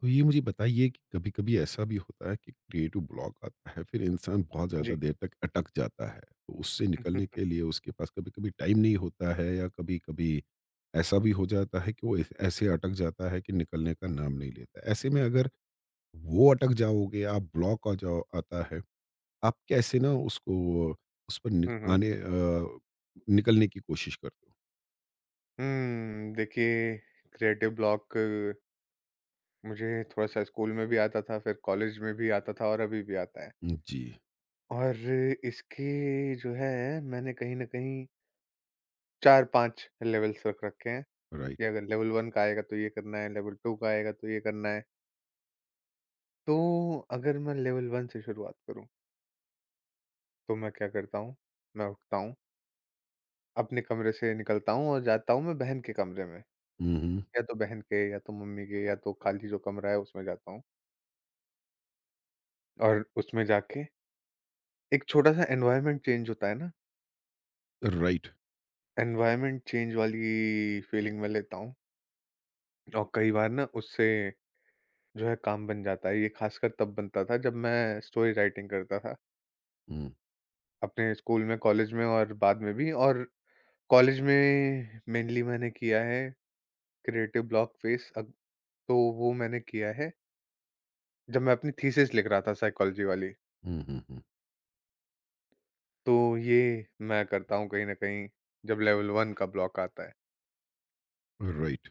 तो ये मुझे बताइए कि कभी-कभी ऐसा भी होता है कि क्रिएटिव ब्लॉक आता है, फिर इंसान बहुत ज़्यादा जी। देर तक अटक जाता है। तो उससे हुँ, निकलने हुँ। के लिए उसके पास कभी-कभी टाइम नहीं होता है, या कभी-कभी ऐसा भी हो जाता है कि वो ऐस ऐसे अटक जाता है कि निकलने का नाम नहीं लेता। ऐसे में अगर वो अटक जाओगे, आप ब्लॉक आ जाओ आता है, आप कैसे ना उसको उस पर नि हुँ, हुँ। आने अ, निकलने की कोशिश करते हो? हुँ, देखिए, क्रिएटिव ब्लॉक मुझे थोड़ा-सा स्कूल में भी आता था, फिर कॉलेज में भी आता था और अभी भी आता है। जी। और इसके जो है मैंने कहीं न कहीं 4-5 लेवल्स रख रखे हैं राइट। कि अगर लेवल 1 का आएगा तो ये करना है, लेवल 2 का आएगा तो ये करना है। तो अगर मैं लेवल 1 से शुरुआत करूँ, तो मैं क्या करता हूँ, मैं उठता हूँ, अपने कमरे से निकलता हूँ और जाता हूँ मैं बहन के कमरे में। हुँ, हुँ। या तो बहन के या तो मम्मी के या तो खाली जो कमरा है उसमें जाता हूँ। और उसमें जाके एक छोटा-सा एनवायरनमेंट चेंज होता है ना, राइट। एनवायरनमेंट चेंज वाली फीलिंग मैं लेता हूँ और कई बार ना उससे जो है काम बन जाता है। ये खासकर तब बनता था जब मैं स्टोरी राइटिंग करता था, हुँ, अपने स्कूल में, कॉलेज में और बाद में भी। और कॉलेज में मेनली मैंने किया है क्रिएटिव ब्लॉक फेस अग तो वो मैंने किया है जब मैं अपनी थीसिस लिख रहा था साइकोलॉजी वाली। हुँ, हुँ, हुँ। तो ये मैं करता हूँ कहीं न कहीं जब लेवल 1 का ब्लॉक आता है। राइट।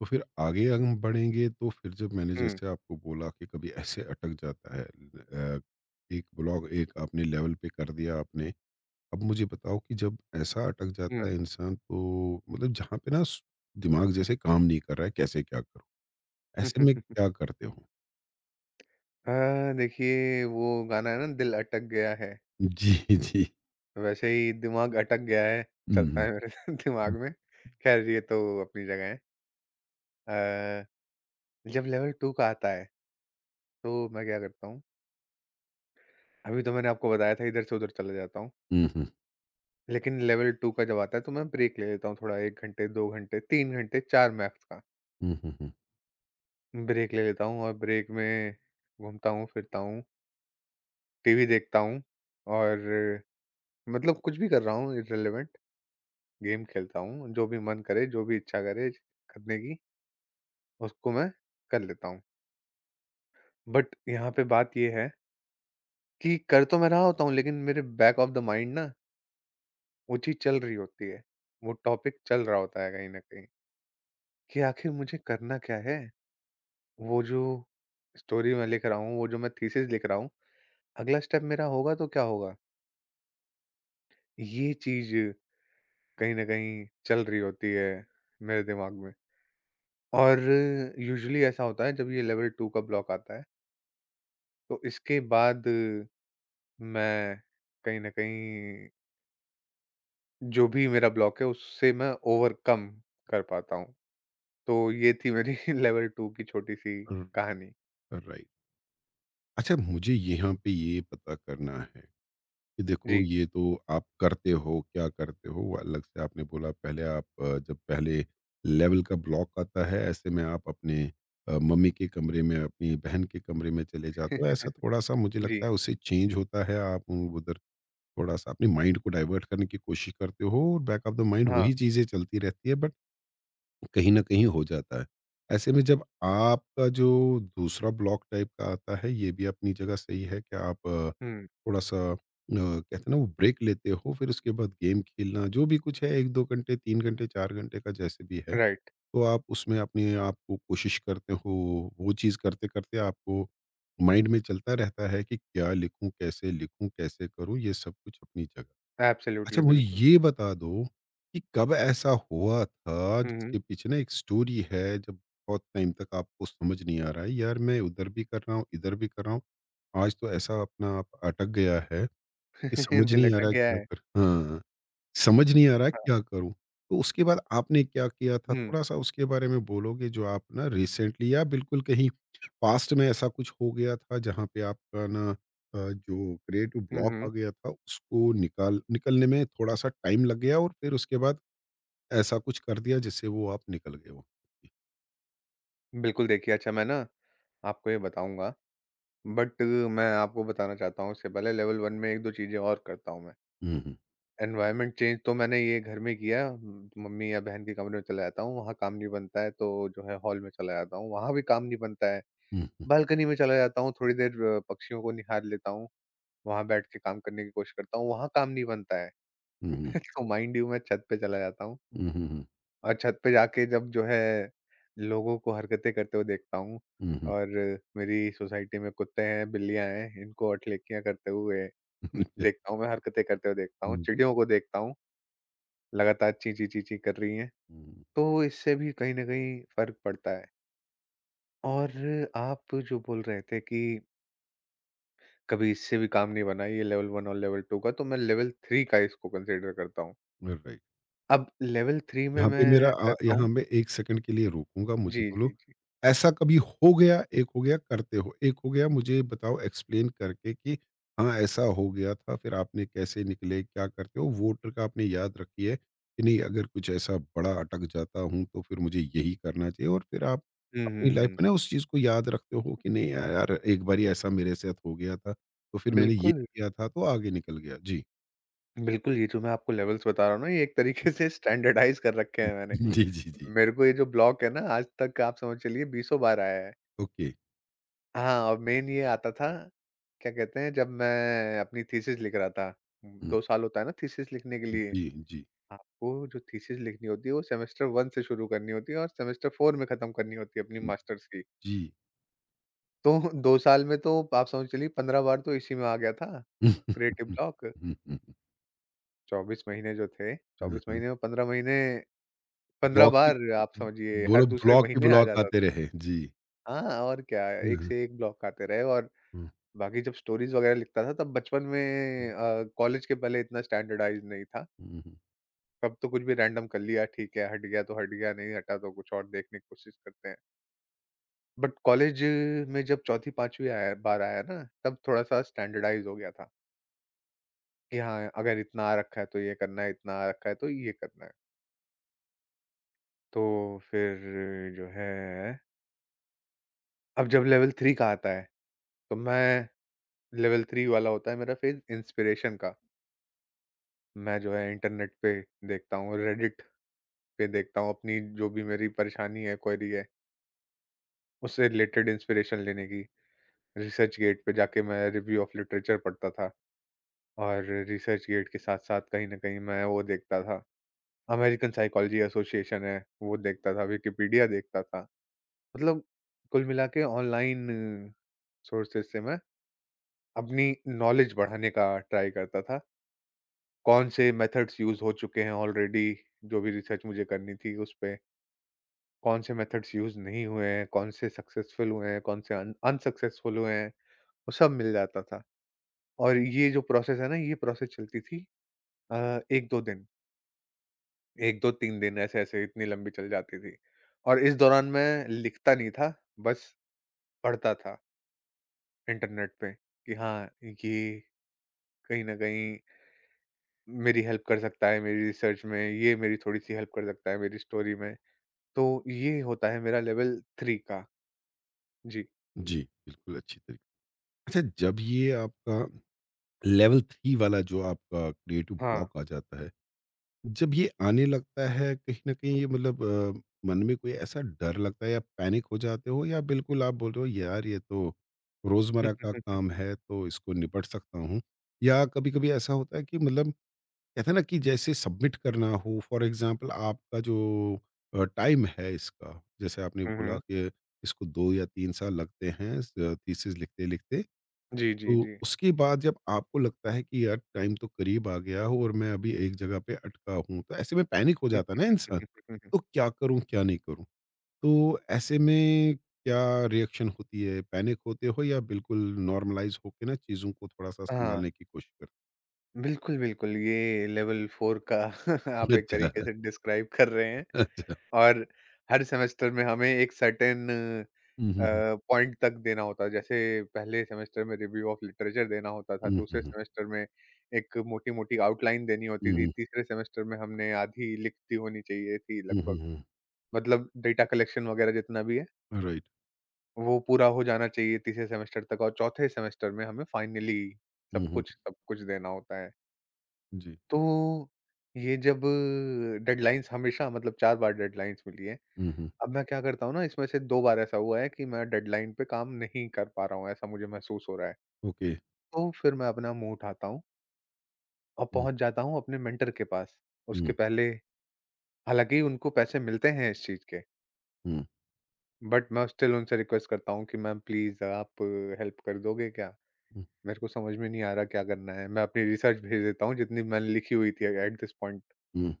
तो फिर आगे हम बढ़ेंगे, तो फिर जब मैंने हुँ, जैसे आपको बोला कि कभी ऐसे अटक जाता है, एक ब्लॉग एक आपने लेवल पे कर दिया आपने। अब मुझे बताओ कि जब ऐसा अटक जाता है हुँ। इंसान तो मतलब जहाँ पे ना दिमाग जैसे काम नहीं कर रहा है, कैसे, क्या करूँ? ऐसे में क्या करते हो? अ, देखिए, वो गाना है ना दिल अटक गया है, जी, जी। वैसे ही दिमाग अटक गया है, चलता हम्म, है मेरे दिमाग में। ख़ैर ये तो अपनी जगह है। अ, जब लेवल 2 का आता है तो मैं क्या करता हूँ, अभी तो मैंने आपको बताया था इधर से उधर चला जाता हूँ, हम्म, हम्म, लेकिन लेवल 2 का जब आता है तो मैं ब्रेक ले लेता हूँ थोड़ा 1 घंटे, 2 घंटे, 3 घंटे, 4 मैक्स का हम्म, ब्रेक ले लेता हूँ और ब्रेक में घूमता हूँ, फिरता हूँ, टीवी देखता हूँ और मतलब कुछ भी कर रहा हूँ इररिलेवेंट। गेम खेलता हूँ, जो भी मन करे, जो भी इच्छा करे करने की, उसको मैं कर लेता हूँ। बट यहाँ पे बात ये है कि कर तो मैं रहा होता हूँ, लेकिन मेरे बैक ऑफ द माइंड ना वो चीज़ चल रही होती है। वो टॉपिक चल रहा होता है कहीं न कहीं कि आखिर मुझे करना क्या है? वो जो स्टोरी मैं लिख रहा हूँ, वो जो मैं थीसिस लिख रहा हूँ, अगला स्टेप मेरा होगा तो क्या होगा? ये चीज़ कहीं न कहीं चल रही होती है मेरे दिमाग में। और यूजुअली ऐसा होता है जब ये लेवल 2 का ब्लॉक आता है तो इसके बाद मैं कहीं न कहीं जो भी मेरा ब्लॉक है उससे मैं ओवरकम कर पाता हूँ। तो ये थी मेरी लेवल 2 की छोटी-सी हम्म। कहानी। Right, right. अच्छा मुझे यहाँ पे ये पता करना है कि देखो जी, ये तो आप करते हो, क्या करते हो? वो अलग से आपने बोला। पहले आप जब पहले लेवल का ब्लॉक आता है, ऐसे में आप अपने मम्मी के कमरे में, अपनी बहन के कमरे में चले जाते हो। ऐसा थोड़ा-सा मुझे जी। लगता है उससे चेंज होता है, आप उधर थोड़ा-सा अपने माइंड को डाइवर्ट करने की कोशिश करते हो, और बैक ऑफ द माइंड हाँ, वही चीज़ें चलती रहती है, बट कहीं न कहीं हो जाता है। ऐसे में जब आपका जो दूसरा ब्लॉक टाइप का आता है, ये भी अपनी जगह सही है कि आप हुँ, थोड़ा-सा कहते हैं ना, वो ब्रेक लेते हो, फिर उसके बाद गेम खेलना, जो भी कुछ है, 1-2 घंटे, 3 घंटे, 4 घंटे का जैसे भी है, राइट। तो आप उसमें अपने आप को कोशिश करते हो, वो चीज़ करते-करते आपको माइंड में चलता रहता है कि क्या लिखूँ, कैसे करूँ? ये सब कुछ अपनी जगह। अच्छा एब्सोल्युटली, मुझे बिल्कुल। ये बता दो कि कब ऐसा हुआ था हुँ, हुँ। जिसके पीछे ना एक स्टोरी है, जब बहुत टाइम तक आपको समझ नहीं आ रहा है, यार मैं उधर भी कर रहा हूँ, इधर भी कर रहा हूँ, आज तो ऐसा अपना आप अटक गया है कि समझ दिल नहीं आ अटक रहा है गया क्या है। कर हाँ समझ नहीं आ रहा है क्या करूँ? तो उसके बाद आपने क्या किया था? हुँ, थोड़ा-सा उसके बारे में बोलोगे जो आप ना रिसेंटली या बिल्कुल कहीं पास्ट में ऐसा कुछ हो गया था, जहाँ पे आपका ना जो क्रिएटिव हुँ, ब्लॉक आ हुँ। गया था उसको निकाल निकलने में थोड़ा-सा टाइम लग गया, और फिर उसके बाद ऐसा कुछ कर दिया जिससे वो आप निकल गए हो? बिल्कुल, देखिए, अच्छा मैं ना आपको ये बताऊँगा बट मैं आपको बताना चाहता हूँ इससे पहले लेवल 1 में 1-2 चीज़ें और करता हूँ मैं। हुँ, हुँ। एनवायरनमेंट चेंज तो मैंने ये घर में किया, म मम्मी या बहन के कमरे में चला जाता हूँ, वहाँ काम नहीं बनता है तो जो है हॉल में चला जाता हूँ, वहाँ भी काम नहीं बनता है। हुँ, हुँ। बालकनी में चला जाता हूँ, थोड़ी देर पक्षियों को निहार लेता हूँ, वहाँ बैठ के काम करने की कोशिश करता हूँ, वहाँ काम नहीं बनता है। हुँ, हुँ। तो माइंड यू मैं छत पे चला जाता हूँ हुँ, हुँ, हुँ। और छत पे जाके जब जो है लोगों को हरकतें करते हुए देखता हूँ, हुँ, हुँ। और मेरी सोसाइटी में कुत्ते हैं, बिल्लियाँ हैं, इनको अठलेकियाँ करते हुए देखता हूँ मैं, हरकतें करते हुए देखता हूँ, हुँ, चिड़ियों को देखता हूँ, लगातार चीं, चीं, चीं, चीं कर रही हैं। हुँ। तो इससे भी कहीं न कहीं फ़र्क पड़ता है। और आप जो बोल रहे थे कि कभी इससे भी काम नहीं बना ये लेवल 1 और लेवल 2 का, तो मैं लेवल 3 का इसको कंसीडर करता हूँ। राइट। अब लेवल 3 में यहाँ पे मेरा मैं अ, करता यहाँ हूँ। मैं 1 सेकंड के लिए रोकूँगा, मुझे जी, बोलो जी, जी। ऐसा कभी हो गया? एक हो गया करते हो, एक हो गया मुझे बताओ एक्सप्लेन करके कि हाँ, ऐसा हो गया था, फिर आपने कैसे निकले, क्या करते हो? वो ट्रिक आपने याद रखी है कि नहीं, अगर कुछ ऐसा बड़ा अटक जाता हूँ तो फिर मुझे यही करना चाहिए, और फिर आप हुँ, अपनी लाइफ हुँ, में ना हुँ। उस चीज़ को याद रखते हो कि नहीं, या यार एक बारी ऐसा मेरे साथ हो गया था, तो फिर मैंने ये बिल्कुल, किया था तो आगे निकल गया। जी। बिल्कुल, ये जो मैं आपको लेवल्स बता रहा हूँ ना ये एक तरीके से स्टैंडर्डाइज़ कर रखे हैं मैंने। जी, जी, जी। मेरे को ये जो ब्लॉक है ना आज तक आप समझ चलिए बीसों बार आया है। ओके। हाँ, और मेन ये आता था, क्या कहते हैं, जब मैं अपनी थीसिस लिख रहा था, हुँ। 2 साल होता है ना थीसिस लिखने के लिए। जी, जी। आपको जो थीसिस लिखनी होती है, वो सेमेस्टर 1 से शुरू करनी होती है और सेमेस्टर 4 में ख़त्म करनी होती है अपनी मास्टर्स की। जी। तो 2 साल में तो आप समझ चलिए 15 बार तो इसी में आ गया था, क्रिएटिव ब्लॉक। हुँ, 24 महीने जो थे, 24 हुँ। महीने में 15 महीने, 15 ब्लॉक ही बार आप समझिए बोलो, हर दूसरे ब्लॉक ही महीने आ ब्लॉक जाता आते था। रहे। जी। हाँ, और क्या, हुँ, एक हुँ, से एक ब्लॉक आते रहे। और हुँ, बाकी जब स्टोरीज़ वगैरह लिखता था तब बचपन हुँ, में, कॉलेज के पहले इतना स्टैंडर्डाइज़ नहीं था। हुँ, हुँ। तब तो कुछ भी रैंडम कर लिया ठीक है, हट गया तो हट गया, नहीं हटा तो कुछ और देखने की कोशिश करते हैं। बट कॉलेज में जब 4थी-5वीं आया बार आया ना तब थोड़ा-सा स्टैंडर्डाइज़ हो गया था कि हाँ, अगर इतना आ रखा है तो ये करना है, इतना आ रखा है तो ये करना है। तो फिर जो है अब जब लेवल 3 का आता है तो मैं, लेवल 3 वाला होता है मेरा फ़ेज़ इंस्पिरेशन का। मैं जो है इंटरनेट पे देखता हूँ, रेडिट पे देखता हूँ अपनी जो भी मेरी परेशानी है, क्वेरी है, उससे रिलेटेड इंस्पिरेशन लेने की। रिसर्च गेट पे जाके मैं रिव्यू ऑफ लिटरेचर पढ़ता था और रिसर्च गेट के साथ-साथ कहीं न कहीं मैं वो देखता था, अमेरिकन साइकोलॉजी एसोसिएशन है, वो देखता था, विकिपीडिया देखता था। मतलब कुल मिला के ऑनलाइन सोर्सेज़ से मैं अपनी नॉलेज बढ़ाने का ट्राई करता था। कौन से मेथड्स यूज़ हो चुके हैं ऑलरेडी, जो भी रिसर्च मुझे करनी थी उस पे। कौन से मेथड्स यूज़ नहीं हुए हैं, कौन से सक्सेसफुल हुए हैं, कौन से अन अनसक्सेसफुल हुए हैं, वो सब मिल जाता था। और ये जो प्रोसेस है ना, ये प्रोसेस चलती थी 1-2 दिन, 1-2-3 दिन ऐसे-ऐसे इतनी लंबी चल जाती थी। और इस दौरान मैं लिखता नहीं था, बस पढ़ता था इंटरनेट पे कि हाँ, ये कहीं न कहीं मेरी हेल्प कर सकता है मेरी रिसर्च में, ये मेरी थोड़ी-सी हेल्प कर सकता है मेरी स्टोरी में। तो ये होता है मेरा लेवल 3 का। जी, जी। बिल्कुल अच्छी तरीके अच्छा, जब ये आपका लेवल 3 वाला जो आपका क्रिएटिव हाँ। ब्लॉक आ जाता है, जब ये आने लगता है कहीं न कहीं ये मतलब, मन में कोई ऐसा डर लगता है या पैनिक हो जाते हो, या बिल्कुल आप बोल रहे हो यार ये तो रोज़मर्रा का काम है तो इसको निपट सकता हूँ? या कभी-कभी ऐसा होता है कि मतलब, कहते हैं ना कि जैसे सबमिट करना हो फॉर एग्जांपल, आपका जो टाइम है इसका, जैसे आपने हुँ, बोला हुँ। कि इसको 2 या 3 साल लगते हैं थीसिस लिखते-लिखते, जी, जी, तो जी। उसके बाद जब आपको लगता है कि यार टाइम तो करीब आ गया हो, और मैं अभी एक जगह पे अटका हूँ, तो ऐसे में पैनिक हो हुँ, जाता है ना इंसान, हुँ, हुँ, हुँ। तो क्या करूँ, क्या नहीं करूँ? तो ऐसे में क्या रिएक्शन होती है, पैनिक होते हो या बिल्कुल नॉर्मलाइज़ होके ना चीज़ों को थोड़ा-सा हाँ, सँभालने की कोशिश करते बिल्कुल, बिल्कुल ये लेवल 4 का हो? आप एक तरीके अच्छा, से डिस्क्राइब कर रहे हैं। अच्छा। और हर सेमेस्टर में हमें एक सर्टेन अ, हुँ, हुँ, हुँ। पॉइंट तक देना होता है। जैसे पहले सेमेस्टर में रिव्यू ऑफ लिटरेचर देना होता था, हुँ, हुँ, दूसरे हुँ। सेमेस्टर में एक मोटी-मोटी आउटलाइन देनी होती थी, हुँ, तीसरे सेमेस्टर में हमने आधी लिखती होनी चाहिए थी हुँ, हुँ, लगभग। हुँ। मतलब डेटा कलेक्शन वगैरह जितना भी है। राइट। वो पूरा हो जाना चाहिए तीसरे सेमेस्टर तक और चौथे सेमेस्टर में हमें फाइनली हुँ, सब हुँ। कुछ देना होता है। जी। तो ये जब डेडलाइन्स, हमेशा मतलब 4 बार डेडलाइन्स मिली है। हुँ, हुँ। अब मैं क्या करता हूँ ना इसमें से 2 बार ऐसा हुआ है कि मैं डेडलाइन पे काम नहीं कर पा रहा हूँ, ऐसा मुझे महसूस हो रहा है। ओके। तो फिर मैं अपना मुँह उठाता हूँ और हुँ, पहुँच जाता हूँ अपने मेंटर के पास। हुँ, उसके पहले हालाँकि उनको पैसे मिलते हैं इस चीज़ के, हुँ, बट मैं स्टिल उनसे रिक्वेस्ट करता हूँ कि मैम प्लीज़ आप हेल्प कर दोगे क्या? हुँ, मेरे को समझ में नहीं आ रहा क्या करना है, मैं अपनी रिसर्च भेज देता हूँ जितनी मैंने लिखी हुई थी एट दिस पॉइंट। हुँ,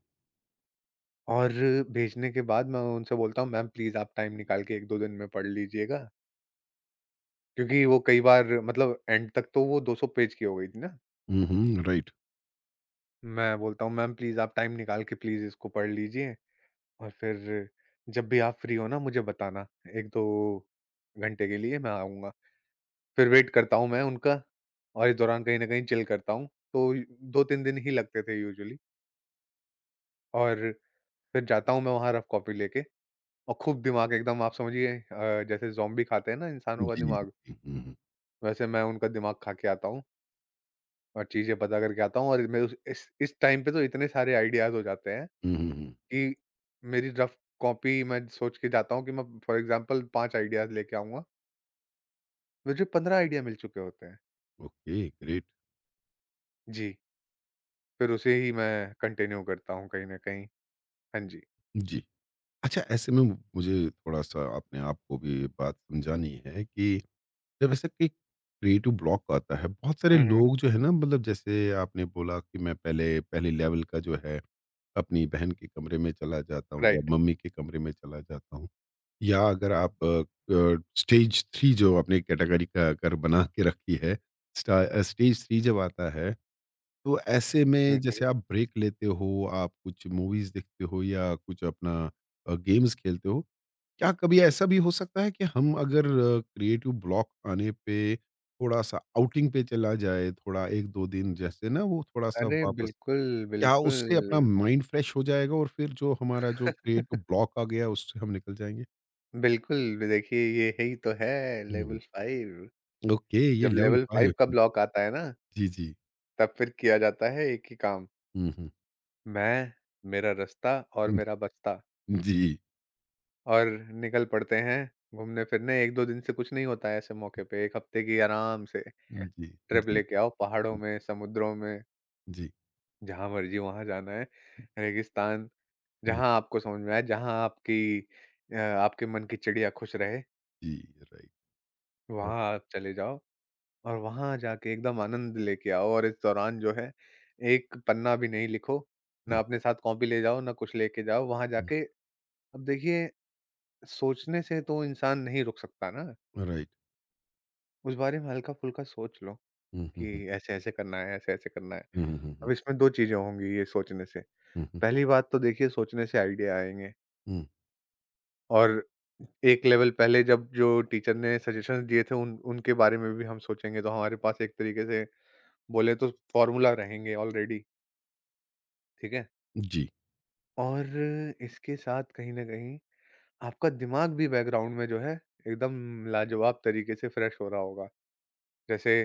और भेजने के बाद मैं उनसे बोलता हूँ मैम प्लीज़ आप टाइम निकाल के 1-2 दिन में पढ़ लीजिएगा। क्योंकि वो कई बार मतलब एंड तक तो वो 200 पेज की हो गई थी ना। हुँ, हुँ, राइट। मैं बोलता हूँ मैम प्लीज़ आप टाइम निकाल के प्लीज़ इसको पढ़ लीजिए और फिर जब भी आप फ्री हो ना मुझे बताना, 1-2 घंटे के लिए मैं आऊँगा। फिर वेट करता हूँ मैं उनका और इस दौरान कहीं न कहीं चिल करता हूँ। तो 2-3 दिन ही लगते थे यूजुअली और फिर जाता हूँ मैं वहाँ रफ कॉपी लेके और खूब दिमाग, एकदम आप समझिए जैसे ज़ॉम्बी खाते हैं ना इंसानों का जी, दिमाग, जी। हुँ, हुँ। वैसे मैं उनका दिमाग खा के आता हूँ और चीज़ें पता करके आता हूँ और मैं उस इस टाइम पे तो इतने सारे आइडियाज़ हो जाते हैं हुँ, हुँ, हुँ। कि मेरी रफ कॉपी, मैं सोच के जाता हूँ कि मैं फॉर एग्ज़ाम्पल 5 आइडियाज़ लेके आऊँगा, मुझे 15 आइडिया मिल चुके होते हैं। Okay, great. जी, फिर उसे ही मैं कंटिन्यू करता हूँ कहीं न कहीं। हाँ जी। जी। अच्छा ऐसे में मुझे थोड़ा-सा अपने आप को भी बात समझानी है कि जब ऐसा कि क्रिएटिव ब्लॉक आता है, बहुत सारे हुँ, हुँ। लोग जो है ना, मतलब जैसे आपने बोला कि मैं पहले पहले लेवल का जो है, अपनी बहन के कमरे में चला जाता हूँ या राइट। मम्मी के कमरे में चला जाता हूँ। या अगर आप स्टेज 3 जो आपने कैटेगरी का अगर बना के रखी है, स्टेज 3 जब आता है, तो ऐसे हुँ, में जैसे हुँ। आप ब्रेक लेते हो, आप कुछ मूवीज़ देखते हो या कुछ अपना गेम्स खेलते हो, क्या कभी ऐसा भी हो सकता है कि हम अगर क्रिएटिव ब्लॉक आने पे थोड़ा-सा आउटिंग पे चला जाए, थोड़ा 1-2 दिन जैसे ना वो थोड़ा-सा अरे वापस, बिल्कुल, क्या उससे अपना बिल्कुल। माइंड फ्रेश हो जाएगा और फिर जो हमारा जो क्रिएटिव ब्लॉक आ गया, उससे हम निकल जाएँगे? बिल्कुल, देखिए ये ही तो है लेवल 5। ओके, ये जब लेवल लेवल 5। 5 का ब्लॉक आता है ना, जी, जी। तब फिर किया जाता है एक ही काम, हुँ, हुँ, मैं, मेरा रास्ता और हुँ। मेरा बस्ता, जी, जी, और निकल पड़ते हैं घूमने-फिरने। 1-2 दिन से कुछ नहीं होता है ऐसे मौके पे, 1 हफ्ते की आराम से जी, ट्रिप जी, लेके आओ पहाड़ों में, समुद्रों में, जी। जहाँ मर्ज़ी वहाँ जाना है, रेगिस्तान, हाँ, जहाँ आपको समझ में आए, जहाँ आपकी आपके मन की चिड़िया खुश रहे, जी, राइट। अ, वहाँ आप चले जाओ। और वहाँ जाके एकदम आनंद लेके आओ और इस दौरान जो है, एक पन्ना भी नहीं लिखो, ना हाँ, अपने साथ कॉपी ले जाओ, ना कुछ लेके जाओ, वहाँ हुँ, जाके अब देखिए सोचने से तो इंसान नहीं रुक सकता ना, राइट। उस बारे में हल्का-फुल्का सोच लो हुँ, हुँ, कि हुँ। ऐसे-ऐसे करना है, ऐसे-ऐसे करना है। हुँ, हुँ, हुँ, अब हुँ। इसमें 2 चीज़ें होंगी ये सोचने से, हुँ, हुँ, पहली बात तो देखिए सोचने से आइडिया आएँगे हुँ। और एक लेवल पहले जब जो टीचर ने सजेशंस दिए थे उन उनके बारे में भी हम सोचेंगे तो हमारे पास एक तरीके से बोले तो फ़ॉर्मूला रहेंगे ऑलरेडी, ठीक है? जी। और इसके साथ कहीं न कहीं आपका दिमाग भी बैकग्राउंड में जो है एकदम लाजवाब तरीके से फ्रेश हो रहा होगा। जैसे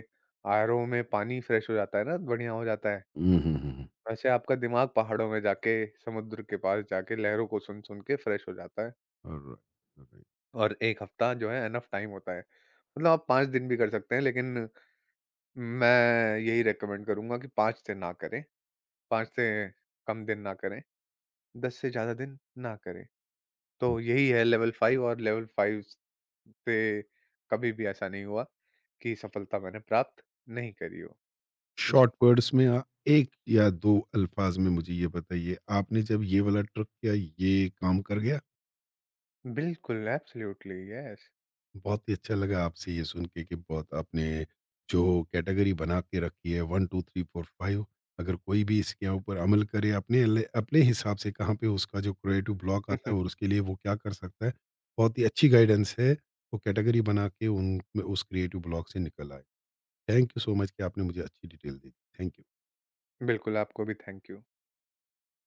आरओ में पानी फ्रेश हो जाता है ना, बढ़िया हो जाता है। हुँ, हुँ, हुँ, हुँ। वैसे आपका दिमाग पहाड़ों में जाके, समुद्र के पास जाके लहरों को सुन-सुन के फ्रेश हो जाता है। Alright, alright. और 1 हफ्ता जो है इनफ टाइम होता है। मतलब आप 5 दिन भी कर सकते हैं लेकिन मैं यही रिकमेंड करूँगा कि 5 से ना करें, 5 से कम दिन ना करें, 10 से ज़्यादा दिन ना करें। हुँ। तो यही है लेवल 5। और लेवल 5 से कभी भी ऐसा नहीं हुआ कि सफलता मैंने प्राप्त नहीं करी हो। जी, शॉर्ट वर्ड्स में, 1 या 2 अल्फाज में मुझे ये बताइए, आपने जब ये वाला ट्रिक किया, ये काम कर गया? बिल्कुल, एब्सोल्युटली, यस। बहुत ही अच्छा लगा आपसे ये सुन के कि बहुत आपने जो कैटेगरी बना के रखी है 1, 2, 3, 4, 5, अगर कोई भी इसके ऊपर अमल करे अपने अपने हिसाब से कहाँ पे उसका जो क्रिएटिव ब्लॉक आता है और उसके लिए वो क्या कर सकता है, बहुत ही अच्छी गाइडेंस है, वो कैटेगरी बना के उन उस क्रिएटिव ब्लॉक से निकल आए। थैंक यू सो मच कि आपने मुझे अच्छी डिटेल दी। Thank you. बिल्कुल, आपको भी थैंक यू।